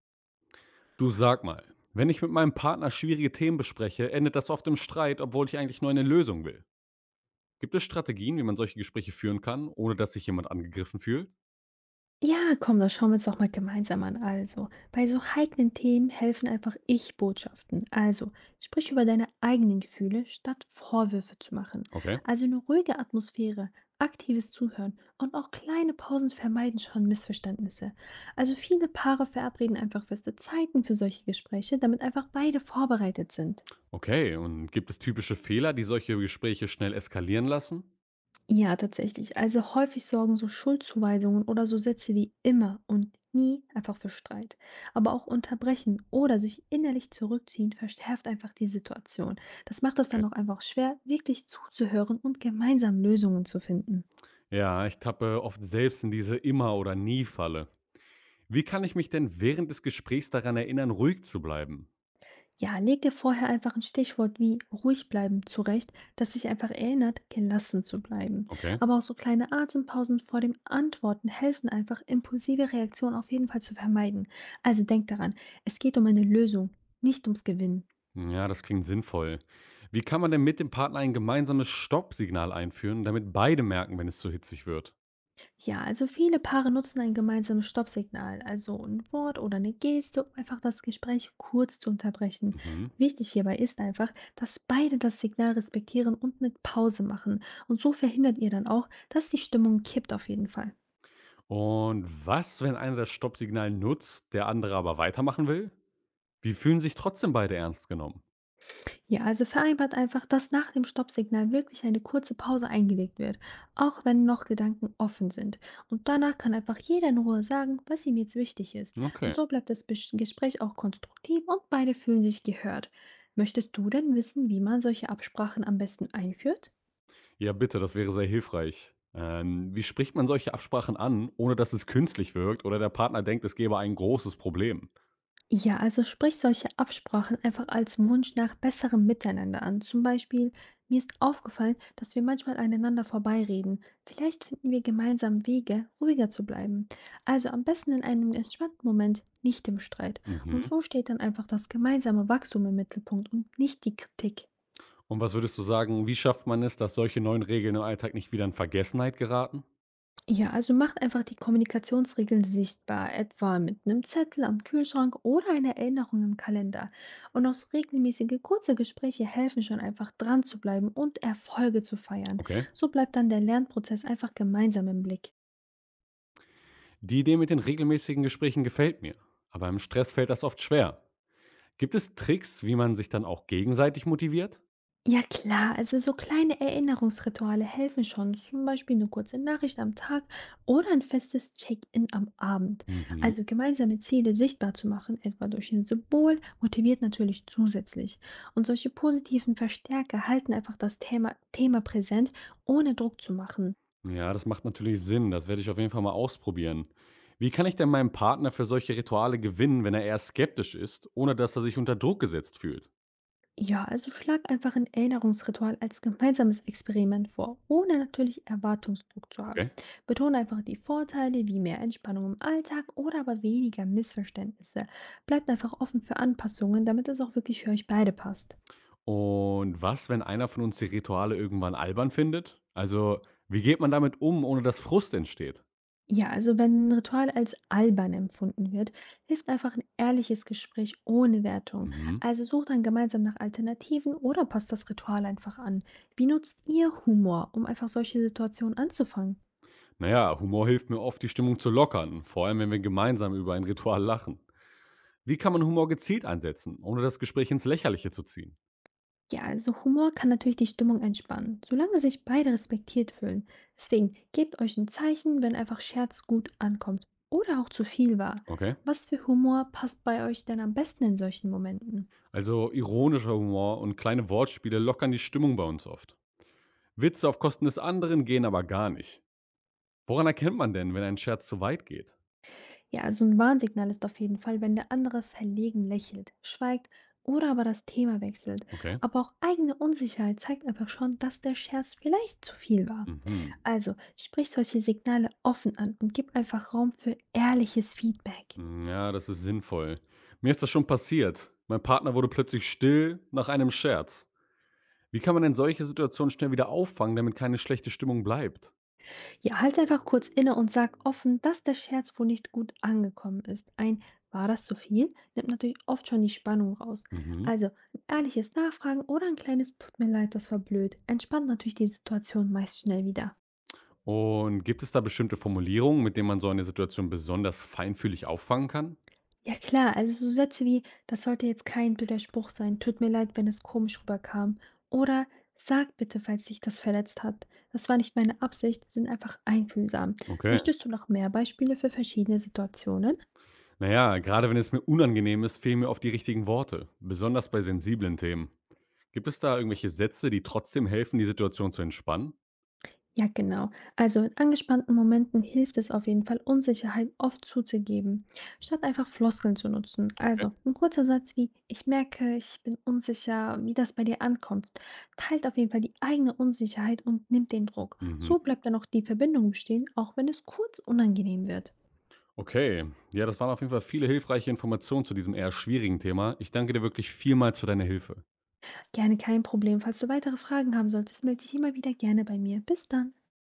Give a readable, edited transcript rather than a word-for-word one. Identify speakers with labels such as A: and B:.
A: Du, sag mal, wenn ich mit meinem Partner schwierige Themen bespreche, endet das oft im Streit, obwohl ich eigentlich nur eine Lösung will. Gibt es Strategien, wie man solche Gespräche führen kann, ohne dass sich jemand angegriffen fühlt?
B: Ja, komm, das schauen wir uns doch mal gemeinsam an. Also, bei so heiklen Themen helfen einfach Ich-Botschaften. Also, sprich über deine eigenen Gefühle, statt Vorwürfe zu machen.
A: Okay.
B: Also eine ruhige Atmosphäre, aktives Zuhören und auch kleine Pausen vermeiden schon Missverständnisse. Also viele Paare verabreden einfach feste Zeiten für solche Gespräche, damit einfach beide vorbereitet sind.
A: Okay, und gibt es typische Fehler, die solche Gespräche schnell eskalieren lassen?
B: Ja, tatsächlich. Also häufig sorgen so Schuldzuweisungen oder so Sätze wie immer und nie einfach für Streit. Aber auch unterbrechen oder sich innerlich zurückziehen verschärft einfach die Situation. Das macht es
A: Okay.
B: dann auch einfach schwer, wirklich zuzuhören und gemeinsam Lösungen zu finden.
A: Ja, ich tappe oft selbst in diese Immer- oder Nie-Falle. Wie kann ich mich denn während des Gesprächs daran erinnern, ruhig zu bleiben?
B: Ja, leg dir vorher einfach ein Stichwort wie ruhig bleiben zurecht, das dich einfach erinnert, gelassen zu bleiben.
A: Okay.
B: Aber auch so kleine Atempausen vor dem Antworten helfen einfach, impulsive Reaktionen auf jeden Fall zu vermeiden. Also denk daran, es geht um eine Lösung, nicht ums Gewinnen.
A: Ja, das klingt sinnvoll. Wie kann man denn mit dem Partner ein gemeinsames Stoppsignal einführen, damit beide merken, wenn es zu hitzig wird?
B: Ja, also viele Paare nutzen ein gemeinsames Stoppsignal, also ein Wort oder eine Geste, um einfach das Gespräch kurz zu unterbrechen.
A: Mhm.
B: Wichtig hierbei ist einfach, dass beide das Signal respektieren und mit Pause machen. Und so verhindert ihr dann auch, dass die Stimmung kippt auf jeden Fall.
A: Und was, wenn einer das Stoppsignal nutzt, der andere aber weitermachen will? Wie fühlen sich trotzdem beide ernst genommen?
B: Ja, also vereinbart einfach, dass nach dem Stoppsignal wirklich eine kurze Pause eingelegt wird, auch wenn noch Gedanken offen sind. Und danach kann einfach jeder in Ruhe sagen, was ihm jetzt wichtig ist.
A: Okay.
B: Und so bleibt das Gespräch auch konstruktiv und beide fühlen sich gehört. Möchtest du denn wissen, wie man solche Absprachen am besten einführt?
A: Ja, bitte, das wäre sehr hilfreich. Wie spricht man solche Absprachen an, ohne dass es künstlich wirkt oder der Partner denkt, es gäbe ein großes Problem?
B: Ja, also sprich solche Absprachen einfach als Wunsch nach besserem Miteinander an. Zum Beispiel, mir ist aufgefallen, dass wir manchmal aneinander vorbeireden. Vielleicht finden wir gemeinsam Wege, ruhiger zu bleiben. Also am besten in einem entspannten Moment, nicht im Streit. Und
A: Mhm.
B: so steht dann einfach das gemeinsame Wachstum im Mittelpunkt und nicht die Kritik.
A: Und was würdest du sagen, wie schafft man es, dass solche neuen Regeln im Alltag nicht wieder in Vergessenheit geraten?
B: Ja, also macht einfach die Kommunikationsregeln sichtbar, etwa mit einem Zettel am Kühlschrank oder einer Erinnerung im Kalender. Und auch so regelmäßige kurze Gespräche helfen schon einfach dran zu bleiben und Erfolge zu feiern.
A: Okay.
B: So bleibt dann der Lernprozess einfach gemeinsam im Blick.
A: Die Idee mit den regelmäßigen Gesprächen gefällt mir, aber im Stress fällt das oft schwer. Gibt es Tricks, wie man sich dann auch gegenseitig motiviert?
B: Ja klar, also so kleine Erinnerungsrituale helfen schon, zum Beispiel eine kurze Nachricht am Tag oder ein festes Check-in am Abend.
A: Mhm.
B: Also gemeinsame Ziele sichtbar zu machen, etwa durch ein Symbol, motiviert natürlich zusätzlich. Und solche positiven Verstärker halten einfach das Thema präsent, ohne Druck zu machen.
A: Ja, das macht natürlich Sinn. Das werde ich auf jeden Fall mal ausprobieren. Wie kann ich denn meinen Partner für solche Rituale gewinnen, wenn er eher skeptisch ist, ohne dass er sich unter Druck gesetzt fühlt?
B: Ja, also schlag einfach ein Erinnerungsritual als gemeinsames Experiment vor, ohne natürlich Erwartungsdruck zu haben.
A: Okay.
B: Betone einfach die Vorteile wie mehr Entspannung im Alltag oder aber weniger Missverständnisse. Bleibt einfach offen für Anpassungen, damit es auch wirklich für euch beide passt.
A: Und was, wenn einer von uns die Rituale irgendwann albern findet? Also, wie geht man damit um, ohne dass Frust entsteht?
B: Ja, also wenn ein Ritual als albern empfunden wird, hilft einfach ein ehrliches Gespräch ohne Wertung.
A: Mhm.
B: Also sucht dann gemeinsam nach Alternativen oder passt das Ritual einfach an. Wie nutzt ihr Humor, um einfach solche Situationen anzufangen?
A: Naja, Humor hilft mir oft, die Stimmung zu lockern, vor allem wenn wir gemeinsam über ein Ritual lachen. Wie kann man Humor gezielt einsetzen, ohne das Gespräch ins Lächerliche zu ziehen?
B: Ja, also Humor kann natürlich die Stimmung entspannen, solange sich beide respektiert fühlen. Deswegen gebt euch ein Zeichen, wenn einfach Scherz gut ankommt oder auch zu viel war.
A: Okay.
B: Was für Humor passt bei euch denn am besten in solchen Momenten?
A: Also ironischer Humor und kleine Wortspiele lockern die Stimmung bei uns oft. Witze auf Kosten des anderen gehen aber gar nicht. Woran erkennt man denn, wenn ein Scherz zu weit geht?
B: Ja, also ein Warnsignal ist auf jeden Fall, wenn der andere verlegen lächelt, schweigt oder aber das Thema wechselt.
A: Okay.
B: Aber auch eigene Unsicherheit zeigt einfach schon, dass der Scherz vielleicht zu viel war.
A: Mhm.
B: Also sprich solche Signale offen an und gib einfach Raum für ehrliches Feedback.
A: Hm, ja, das ist sinnvoll. Mir ist das schon passiert. Mein Partner wurde plötzlich still nach einem Scherz. Wie kann man denn solche Situationen schnell wieder auffangen, damit keine schlechte Stimmung bleibt?
B: Ja, halt einfach kurz inne und sag offen, dass der Scherz wohl nicht gut angekommen ist. Ein war das zu viel? Nimmt natürlich oft schon die Spannung raus.
A: Mhm.
B: Also ein ehrliches Nachfragen oder ein kleines Tut mir leid, das war blöd. Entspannt natürlich die Situation meist schnell wieder.
A: Und gibt es da bestimmte Formulierungen, mit denen man so eine Situation besonders feinfühlig auffangen kann?
B: Ja klar, also so Sätze wie, das sollte jetzt kein blöder Spruch sein, tut mir leid, wenn es komisch rüberkam. Oder sag bitte, falls dich das verletzt hat. Das war nicht meine Absicht, sind einfach einfühlsam.
A: Okay.
B: Möchtest du noch mehr Beispiele für verschiedene Situationen?
A: Naja, gerade wenn es mir unangenehm ist, fehlen mir oft die richtigen Worte, besonders bei sensiblen Themen. Gibt es da irgendwelche Sätze, die trotzdem helfen, die Situation zu entspannen?
B: Ja, genau. Also in angespannten Momenten hilft es auf jeden Fall, Unsicherheit oft zuzugeben, statt einfach Floskeln zu nutzen. Also
A: Okay.
B: ein kurzer Satz wie, ich merke, ich bin unsicher, wie das bei dir ankommt, teilt auf jeden Fall die eigene Unsicherheit und nimmt den Druck.
A: Mhm.
B: So bleibt dann auch die Verbindung bestehen, auch wenn es kurz unangenehm wird.
A: Okay, ja, das waren auf jeden Fall viele hilfreiche Informationen zu diesem eher schwierigen Thema. Ich danke dir wirklich vielmals für deine Hilfe.
B: Gerne kein Problem. Falls du weitere Fragen haben solltest, melde dich immer wieder gerne bei mir. Bis dann.